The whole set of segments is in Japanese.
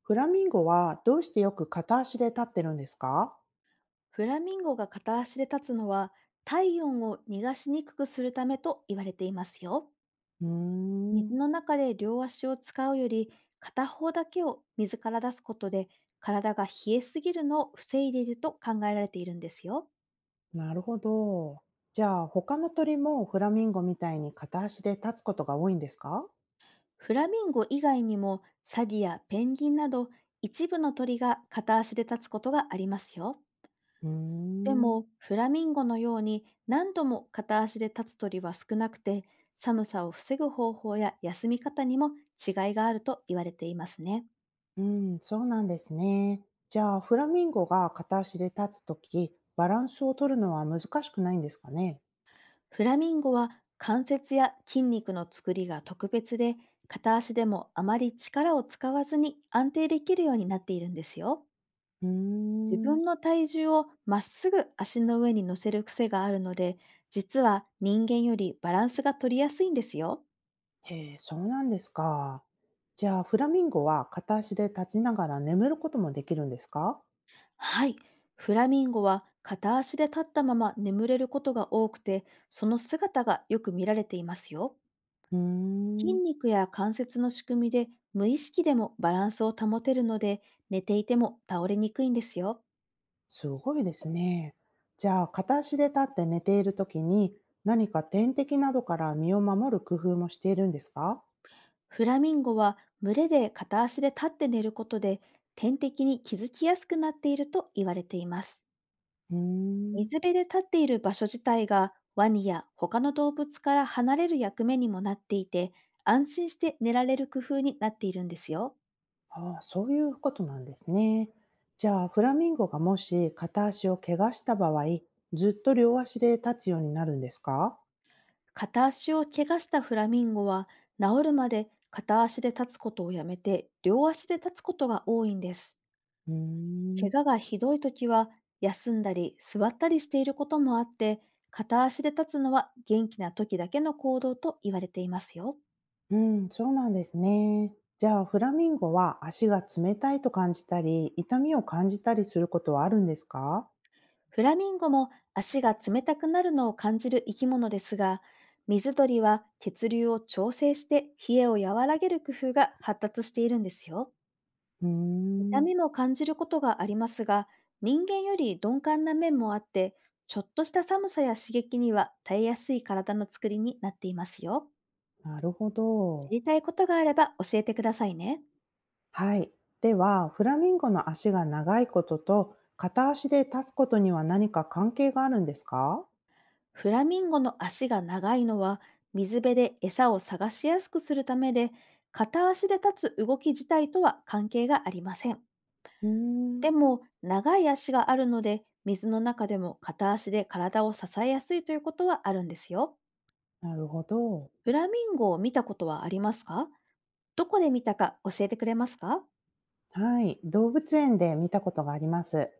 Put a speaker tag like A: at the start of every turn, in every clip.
A: フラミンゴはどうしてよく片足で立ってるんですか？
B: フラミンゴが片足で立つのは体温を逃がしにくくするためと言われていますよ。
A: うー
B: 水
A: ん、
B: の中で両足を使うより片方だけを水から出すことで体が冷えすぎるのを防いでいると考えられているんですよ。
A: なるほど。じゃあ他の鳥もフラミンゴみたいに片足で立つことが多いんですか？
B: フラミンゴ以外にもサギやペンギンなど一部の鳥が片足で立つことがありますよ。
A: うー
B: で
A: ん、
B: も、フラミンゴのように何度も片足で立つ鳥は少なくて、寒さを防ぐ方法や休み方にも違いがあると言われていますね。
A: うん、そうなんですね。じゃあフラミンゴが片足で立つとき、バランスを取るのは難しくないんですかね？
B: フラミンゴは関節や筋肉の作りが特別で、片足でもあまり力を使わずに安定できるようになっているんですよ。
A: うー
B: 自
A: ん、
B: 分の体重をまっすぐ足の上に乗せる癖があるので、実は人間よりバランスが取りやすいんですよ。
A: へえ、そうなんですか。じゃあフラミンゴは片足で立ちながら眠ることもできるんですか？
B: はい。フラミンゴは片足で立ったまま眠れることが多くて、その姿がよく見られていますよ。
A: うー
B: 筋
A: ん。
B: 肉や関節の仕組みで無意識でもバランスを保てるので、寝ていても倒れにくいんですよ。
A: すごいですね。じゃあ、片足で立って寝ているときに、何か天敵などから身を守る工夫もしているんですか？
B: フラミンゴは群れで片足で立って寝ることで、天敵に気づきやすくなっていると言われています。
A: うー
B: 水
A: ん。
B: 辺で立っている場所自体がワニや他の動物から離れる役目にもなっていて、安心して寝られる工夫になっているんですよ。
A: ああ、そういうことなんですね。じゃあ、フラミンゴがもし片足を怪我した場合、ずっと両足で立つようになるんですか？
B: 片足を怪我したフラミンゴは治るまで片足で立つことをやめて両足で立つことが多いんです。
A: うー
B: 怪
A: ん。
B: 我がひどい時は休んだり座ったりしていることもあって、片足で立つのは元気な時だけの行動と言われていますよ。
A: うん、そうなんですね。じゃあ、フラミンゴは足が冷たいと感じたり、痛みを感じたりすることはあるんですか？
B: フラミンゴも足が冷たくなるのを感じる生き物ですが、水鳥は血流を調整して冷えを和らげる工夫が発達しているんですよ。
A: うー
B: 痛
A: ん。
B: みも感じることがありますが、人間より鈍感な面もあって、ちょっとした寒さや刺激には耐えやすい体の作りになっていますよ。
A: なるほ
B: 知
A: ど。
B: りたいことがあれば教えてくださいね。
A: はい。では、フラミンゴの足が長いことと、片足で立つことには何か関係があるんですか？
B: フラミンゴの足が長いのは水辺で餌を探しやすくするためで、片足で立つ動き自体とは関係がありません。
A: うーん、
B: でも、長い足があるので、水の中でも片足で体を支えやすいということはあるんですよ。
A: なるほど。
B: フラミンゴを見たことはありますか？どこで見たか教えてくれますか？
A: はい。動物園で見たことがあります。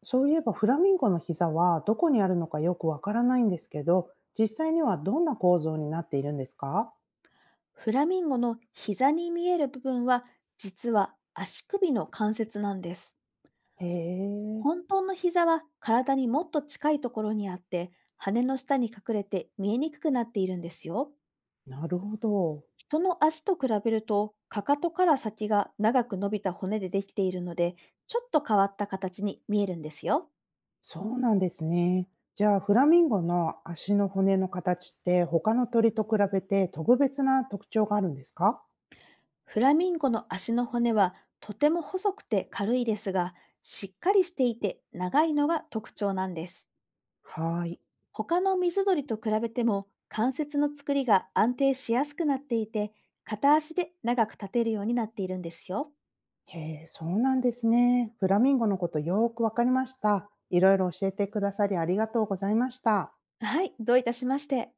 A: そういえば、フラミンゴの膝はどこにあるのかよくわからないんですけど、実際にはどんな構造になっているんですか？
B: フラミンゴの膝に見える部分は、実は足首の関節なんです。
A: へえ、
B: 本当の膝は体にもっと近いところにあって、羽の下に隠れて見えにくくなっているんですよ。
A: なるほど。
B: 人の足と比べると、かかとから先が長く伸びた骨でできているので、ちょっと変わった形に見えるんですよ。
A: そうなんですね。じゃあ、フラミンゴの足の骨の形って他の鳥と比べて特別な特徴があるんですか？
B: フラミンゴの足の骨はとても細くて軽いですが、しっかりしていて長いのが特徴なんです。
A: はい。
B: 他の水鳥と比べても関節の作りが安定しやすくなっていて、片足で長く立てるようになっているんですよ。
A: へえ、そうなんですね。フラミンゴのことよーくわかりました。いろいろ教えてくださりありがとうございました。
B: はい、どういたしまして。